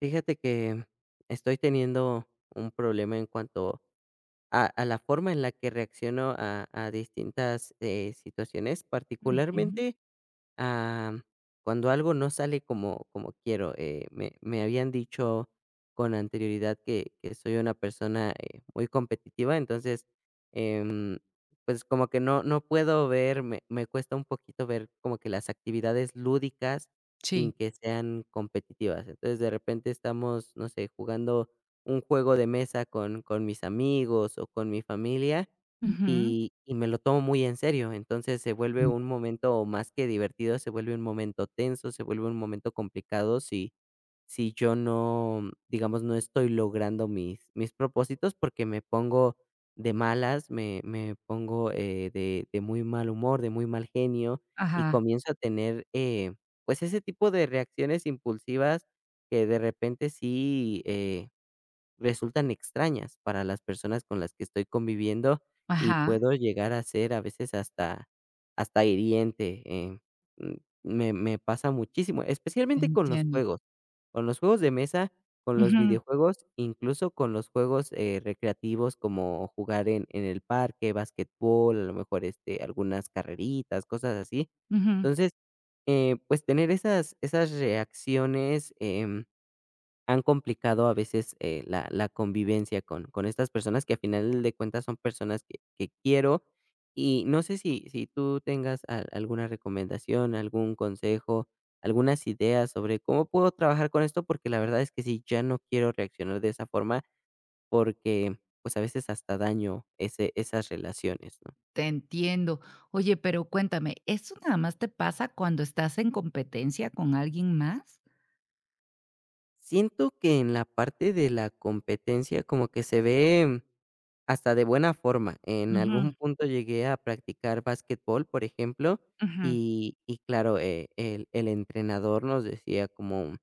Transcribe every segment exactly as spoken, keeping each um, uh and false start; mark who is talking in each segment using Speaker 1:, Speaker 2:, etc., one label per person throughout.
Speaker 1: Fíjate que estoy teniendo un problema en cuanto a, a la forma en la que reacciono a, a distintas eh, situaciones,
Speaker 2: Ujú.
Speaker 1: particularmente am, cuando algo no sale como, como quiero. Eh, me, me habían dicho con anterioridad que, que soy una persona eh, muy competitiva, entonces, em, pues como que no, no puedo ver, me, me cuesta un poquito ver como que las actividades lúdicas sin
Speaker 2: Sí.
Speaker 1: que sean competitivas. Entonces, de repente estamos, no sé, jugando un juego de mesa con, con mis amigos o con mi familia
Speaker 2: Ujú.
Speaker 1: y y me lo tomo muy en serio. Entonces, se
Speaker 2: En
Speaker 1: vuelve un momento más que divertido, se vuelve un momento tenso, se vuelve un momento complicado si si yo no, digamos, no estoy logrando mis mis propósitos, porque me pongo de malas, me me pongo, eh, de de muy mal humor, de muy mal genio, y
Speaker 2: ajá,
Speaker 1: comienzo a tener, eh, pues, ese tipo de reacciones impulsivas que de repente sí, eh resultan extrañas para las personas con las que estoy conviviendo y
Speaker 2: ajá,
Speaker 1: puedo llegar a ser a veces hasta hasta hiriente, eh, mm, me me pasa muchísimo,
Speaker 2: te
Speaker 1: especialmente con los
Speaker 2: entiendo.
Speaker 1: juegos, con los juegos de mesa, con los
Speaker 2: Ujú,
Speaker 1: videojuegos, incluso con los juegos, eh, recreativos como jugar en en el parque, basquetbol, a lo mejor, este, algunas carreritas, cosas así.
Speaker 2: ujú.
Speaker 1: Entonces, eh, pues tener esas esas reacciones, em han complicado a veces, eh, la la convivencia con con estas personas que a final de cuentas son personas que que quiero. Y no sé si si tú tengas al alguna recomendación, algún consejo, algunas ideas sobre cómo puedo trabajar con esto, porque la verdad es que sí, ya no quiero reaccionar de esa forma porque, pues, a veces hasta daño ese esas relaciones, ¿no?
Speaker 2: Te entiendo. Oye, pero cuéntame, ¿eso nada más te pasa cuando estás en competencia con alguien más?
Speaker 1: Siento que en la parte de la competencia como que se ve hasta de buena forma. En algún
Speaker 2: Ujú,
Speaker 1: punto llegué a practicar básquetbol, por ejemplo,
Speaker 2: ujú,
Speaker 1: y y claro, eh, el el entrenador nos decía como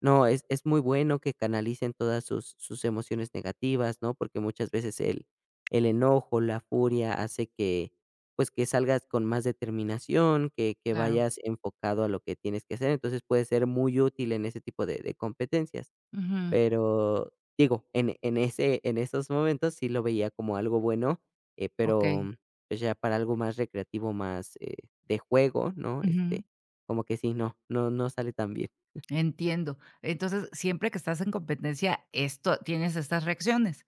Speaker 1: no, es es muy bueno que canalicen todas sus sus emociones negativas, ¿no? Porque muchas veces el el enojo, la furia hace que, pues, que salgas con más determinación, que que
Speaker 2: claro.
Speaker 1: vayas enfocado a lo que tienes que hacer. Entonces, puede ser muy útil en ese tipo de de competencias.
Speaker 2: Ujú,
Speaker 1: Pero, digo, en en ese en esos momentos sí lo veía como algo bueno, eh, pero,
Speaker 2: okey.
Speaker 1: pues, ya para algo más recreativo, más, eh, de juego, ¿no?
Speaker 2: Ujú,
Speaker 1: Este, como que sí, no, no no sale tan bien.
Speaker 2: entiendo. Entonces, siempre que estás en competencia, esto tienes estas reacciones.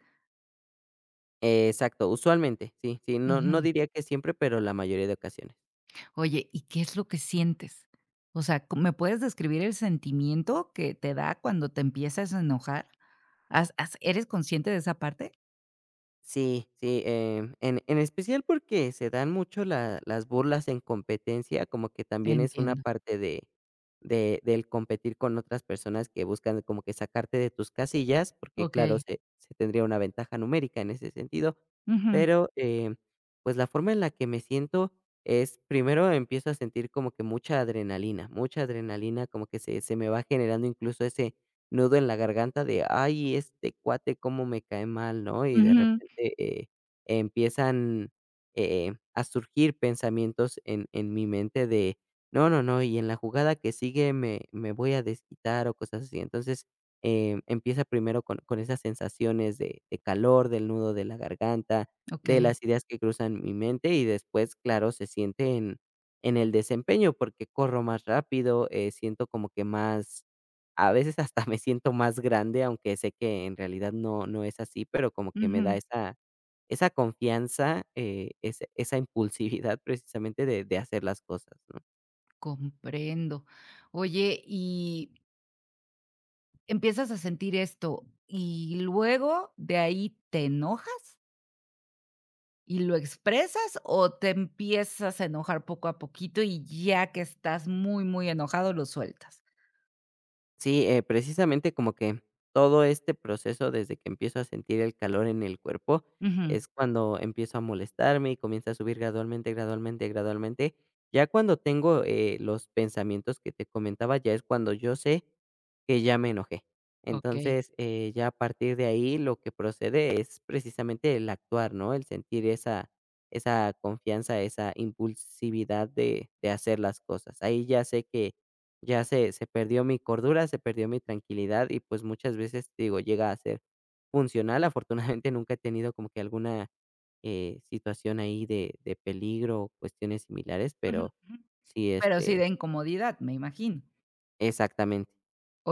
Speaker 1: Eh, Exacto, usualmente, sí, sí, no no
Speaker 2: Ujú.
Speaker 1: diría que siempre, pero la mayoría de ocasiones.
Speaker 2: Oye, ¿y qué es lo que sientes? O sea, co- ¿me puedes describir el sentimiento que te da cuando te empiezas a enojar? ¿Has- has- ¿Eres consciente de esa parte?
Speaker 1: Sí, sí, em, en en especial porque se dan mucho la las burlas en competencia, como que también es una
Speaker 2: Entiendo.
Speaker 1: parte de de del competir con otras personas que buscan como que sacarte de tus casillas, porque
Speaker 2: Ok.
Speaker 1: claro, se se tendría una ventaja numérica en ese sentido.
Speaker 2: Ujú,
Speaker 1: Pero, eh, pues, la forma en la que me siento es, primero empiezo a sentir como que mucha adrenalina, mucha adrenalina, como que se se me va generando incluso ese nudo en la garganta de: "Ay, este cuate, cómo me cae mal", ¿no? Y de
Speaker 2: ujú,
Speaker 1: repente, eh, empiezan, eh, a surgir pensamientos en en mi mente de: "No, no, no, y en la jugada que sigue me me voy a desquitar", o cosas así. Entonces, em, empieza primero con con esas sensaciones de de calor, del nudo de la garganta,
Speaker 2: Ok,
Speaker 1: de las ideas que cruzan mi mente, y después, claro, se siente en en el desempeño, porque corro más rápido, eh, siento como que más a veces hasta me siento más grande, aunque sé que en realidad no no es así, pero como que me da
Speaker 2: ujú.
Speaker 1: esa esa confianza, eh, ese esa impulsividad precisamente de de hacer las cosas, ¿no?
Speaker 2: Comprendo. Oye, y empiezas a sentir esto y luego de ahí te enojas y lo expresas, o te empiezas a enojar poco a poquito y ya que estás muy, muy enojado lo sueltas.
Speaker 1: Sí, eh, precisamente como que todo este proceso desde que empiezo a sentir el calor en el cuerpo
Speaker 2: Ujú,
Speaker 1: es cuando empiezo a molestarme y comienza a subir gradualmente, gradualmente, gradualmente. Ya cuando tengo eh, los pensamientos que te comentaba, ya es cuando yo sé que ya me enojé.
Speaker 2: Ok.
Speaker 1: Entonces, eh, ya a partir de ahí lo que procede es precisamente el actuar, ¿no? El sentir esa, esa confianza, esa impulsividad de, de hacer las cosas. Ahí ya sé que ya se se perdió mi cordura, se perdió mi tranquilidad y, pues, muchas veces, te digo, llega a ser funcional. Afortunadamente, nunca he tenido como que alguna, eh, situación ahí de de peligro o cuestiones similares,
Speaker 2: Ujú,
Speaker 1: pero
Speaker 2: ujú.
Speaker 1: sí,
Speaker 2: Pero sí
Speaker 1: este
Speaker 2: de incomodidad, me imagino.
Speaker 1: exactamente,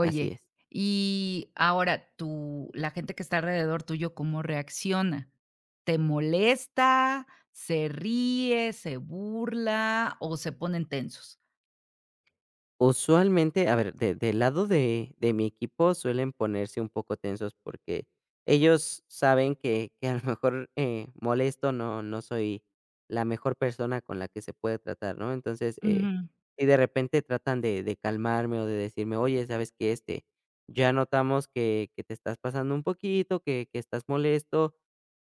Speaker 1: así es.
Speaker 2: y ahora tú, la gente que está alrededor tuyo, ¿cómo reacciona? ¿Te molesta? ¿Se ríe? ¿Se burla? ¿O se ponen tensos?
Speaker 1: Usualmente, a ver, de del lado de de mi equipo suelen ponerse un poco tensos porque ellos saben que que a lo mejor, eh, molesto no no soy la mejor persona con la que se puede tratar, ¿no? Entonces, eh,
Speaker 2: Ujú.
Speaker 1: si de repente tratan de de calmarme o de decirme: "Oye, ¿sabes qué? Este, ya notamos que que te estás pasando un poquito, que que estás molesto,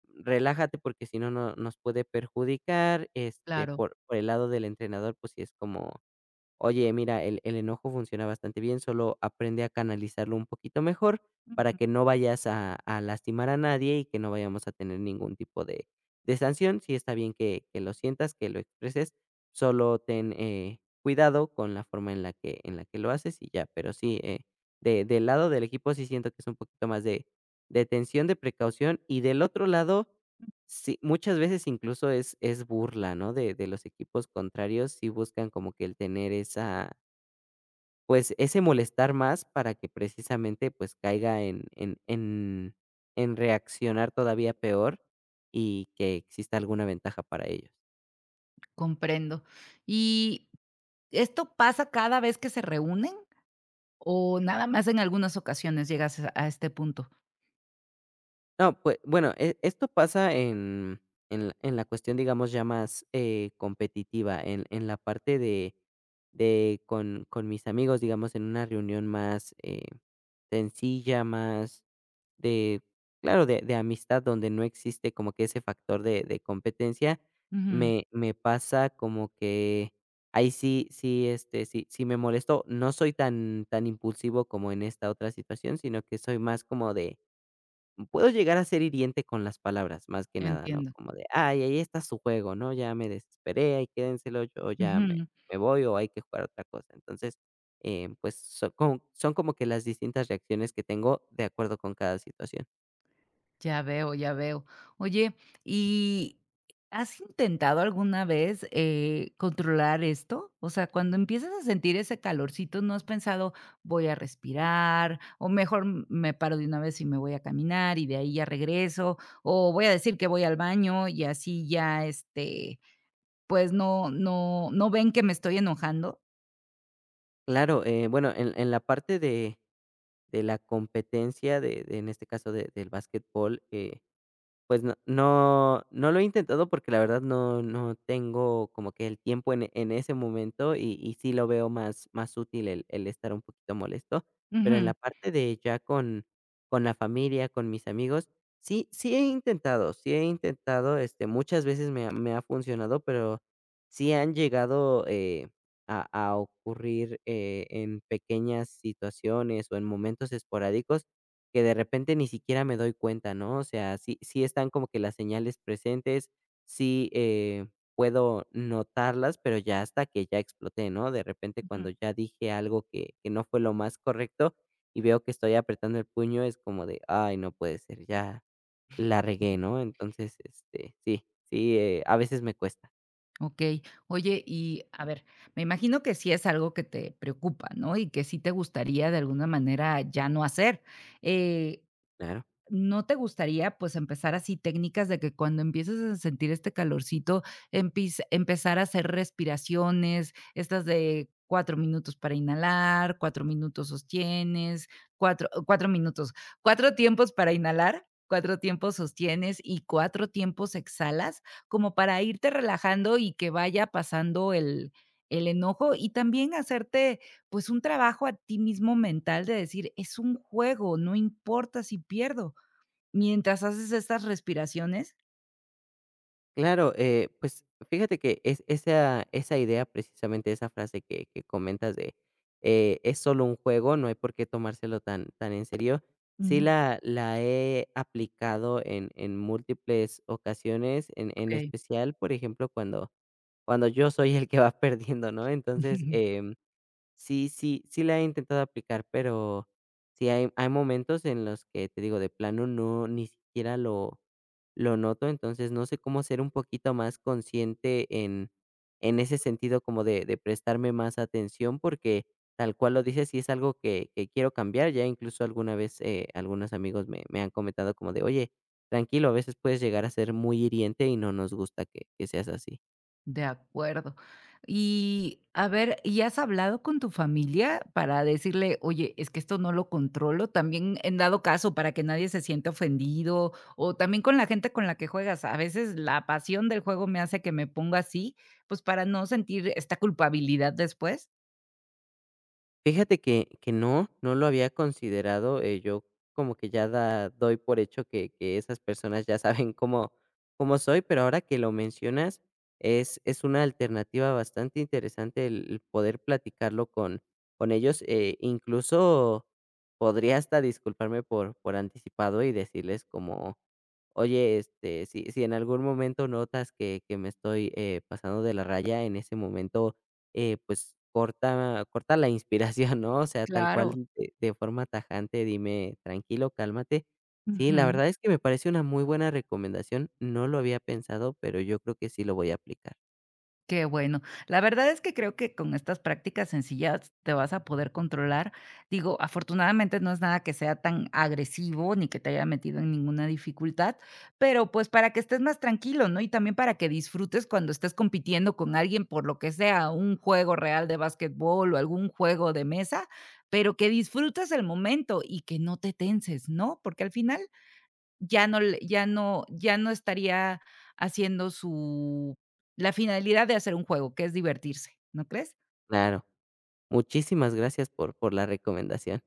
Speaker 1: relájate porque si no, no nos puede perjudicar". Este,
Speaker 2: Claro.
Speaker 1: por por el lado del entrenador, pues sí es como Oye, mira, el, el enojo funciona bastante bien, solo aprende a canalizarlo un poquito mejor para
Speaker 2: Ujú,
Speaker 1: que no vayas a, a lastimar a nadie y que no vayamos a tener ningún tipo de, de sanción. Sí está bien que, que lo sientas, que lo expreses, solo ten eh, cuidado con la forma en la que, en la que lo haces y ya, pero sí, eh, de, del lado del equipo sí siento que es un poquito más de, de tensión, de precaución y del otro lado Sí, muchas veces incluso es es burla, ¿no? De de los equipos contrarios, sí buscan como que el tener esa, pues, ese molestar más para que precisamente, pues, caiga en en en en reaccionar todavía peor y que exista alguna ventaja para ellos.
Speaker 2: comprendo. ¿Y esto pasa cada vez que se reúnen o nada más en algunas ocasiones llegas a a este punto?
Speaker 1: No, pues, bueno, e esto pasa en en la en la cuestión, digamos, ya más, eh, competitiva, en en la parte de de con con mis amigos, digamos, en una reunión más, eh, sencilla, más de, claro, de de amistad, donde no existe como que ese factor de de competencia,
Speaker 2: Ujú.
Speaker 1: me me pasa como que ahí sí sí, este, sí sí me molesto. No soy tan tan impulsivo como en esta otra situación, sino que soy más como de. Puedo llegar a ser hiriente con las palabras, más que nada, ¿no?
Speaker 2: Entiendo.
Speaker 1: Como de: "Ay, ahí está su juego, ¿no? Ya me desesperé, ahí quédenselo, yo ya me me voy o hay que jugar otra cosa". Entonces, eh, pues, son como son como que las distintas reacciones que tengo de acuerdo con cada situación.
Speaker 2: Ya veo, ya veo. Oye, ¿y has intentado alguna vez, eh, controlar esto? O sea, cuando empiezas a sentir ese calorcito, ¿no has pensado, voy a respirar, o mejor m- me paro de una vez y me voy a caminar y de ahí ya regreso, o voy a decir que voy al baño y así ya, este, pues no no no ven que me estoy enojando?
Speaker 1: Claro, eh, bueno, en en la parte de de la competencia de de en este caso de del básquetbol. Pues no no no lo he intentado porque la verdad no no tengo como que el tiempo en en ese momento y y sí lo veo más más útil el el estar un poquito molesto, pero en la
Speaker 2: Ujú,
Speaker 1: parte de ya con con la familia, con mis amigos, sí sí he intentado, sí he intentado, este, muchas veces me ha me ha funcionado, pero sí han llegado, eh, a a ocurrir, eh, en pequeñas situaciones o en momentos esporádicos que de repente ni siquiera me doy cuenta, ¿no? O sea, sí, sí están como que las señales presentes, sí eh, puedo notarlas, pero ya hasta que ya exploté, ¿no? De repente cuando
Speaker 2: ujú.
Speaker 1: ya dije algo que, que no fue lo más correcto y veo que estoy apretando el puño, es como de, ay, no puede ser, ya la regué, ¿no? Entonces, este, sí, sí, eh, a veces me cuesta.
Speaker 2: Okey. Oye, y a ver, me imagino que sí es algo que te preocupa, ¿no? Y que sí te gustaría de alguna manera ya no hacer. Eh,
Speaker 1: Claro.
Speaker 2: ¿No te gustaría, pues, empezar así técnicas de que cuando empieces a sentir este calorcito, empis empezar a hacer respiraciones, estas de cuatro minutos para inhalar, cuatro minutos sostienes, cuatro, cuatro minutos, cuatro tiempos para inhalar, cuatro tiempos sostienes y cuatro tiempos exhalas, como para irte relajando y que vaya pasando el el enojo, y también hacerte, pues, un trabajo a ti mismo mental de decir: "Es un juego, no importa si pierdo". Mientras haces estas respiraciones.
Speaker 1: Claro, eh, pues fíjate que es esa, esa idea, precisamente esa frase que, que comentas de eh, es solo un juego, no hay por qué tomárselo tan, tan en serio. Sí
Speaker 2: Ujú.
Speaker 1: la, la he aplicado en, en múltiples ocasiones, en, en
Speaker 2: Okey.
Speaker 1: especial, por ejemplo, cuando, cuando yo soy el que va perdiendo, ¿no? Entonces, em, sí, sí, sí la he intentado aplicar, pero sí hay hay momentos en los que, te digo, de plano no, ni siquiera lo lo noto, entonces no sé cómo ser un poquito más consciente en en ese sentido como de de prestarme más atención, porque tal cual lo dices, sí es algo que que quiero cambiar, ya incluso alguna vez, eh, algunos amigos me me han comentado como de: "Oye, tranquilo, a veces puedes llegar a ser muy hiriente y no nos gusta que que seas así".
Speaker 2: De acuerdo. Y, a ver, ¿y has hablado con tu familia para decirle: "Oye, es que esto no lo controlo"? También en dado caso, para que nadie se sienta ofendido, o también con la gente con la que juegas. A veces la pasión del juego me hace que me ponga así, pues, para no sentir esta culpabilidad después.
Speaker 1: Fíjate que que no, no lo había considerado, eh, yo como que ya da doy por hecho que que esas personas ya saben cómo cómo soy, pero ahora que lo mencionas, es es una alternativa bastante interesante el el poder platicarlo con con ellos, eh, incluso podría hasta disculparme por por anticipado y decirles como Oye, este, si, si en algún momento notas que, que me estoy eh, pasando de la raya, en ese momento, eh, pues corta, corta la inspiración, ¿no? O sea, tal
Speaker 2: Claro.
Speaker 1: cual, de, de forma tajante, dime, tranquilo, cálmate. Sí, la verdad es que me parece una muy buena recomendación. No lo había pensado, pero yo creo que sí lo voy a aplicar.
Speaker 2: Qué bueno. La verdad es que creo que con estas prácticas sencillas te vas a poder controlar. Digo, afortunadamente no es nada que sea tan agresivo ni que te haya metido en ninguna dificultad, pero pues para que estés más tranquilo, ¿no? Y también para que disfrutes cuando estés compitiendo con alguien por lo que sea, un juego real de básquetbol o algún juego de mesa, pero que disfrutes el momento y que no te tenses, ¿no? Porque al final ya no le ya no ya no estaría haciendo su la finalidad de hacer un juego, que es divertirse, ¿no crees?
Speaker 1: Claro. Muchísimas gracias por, por la recomendación.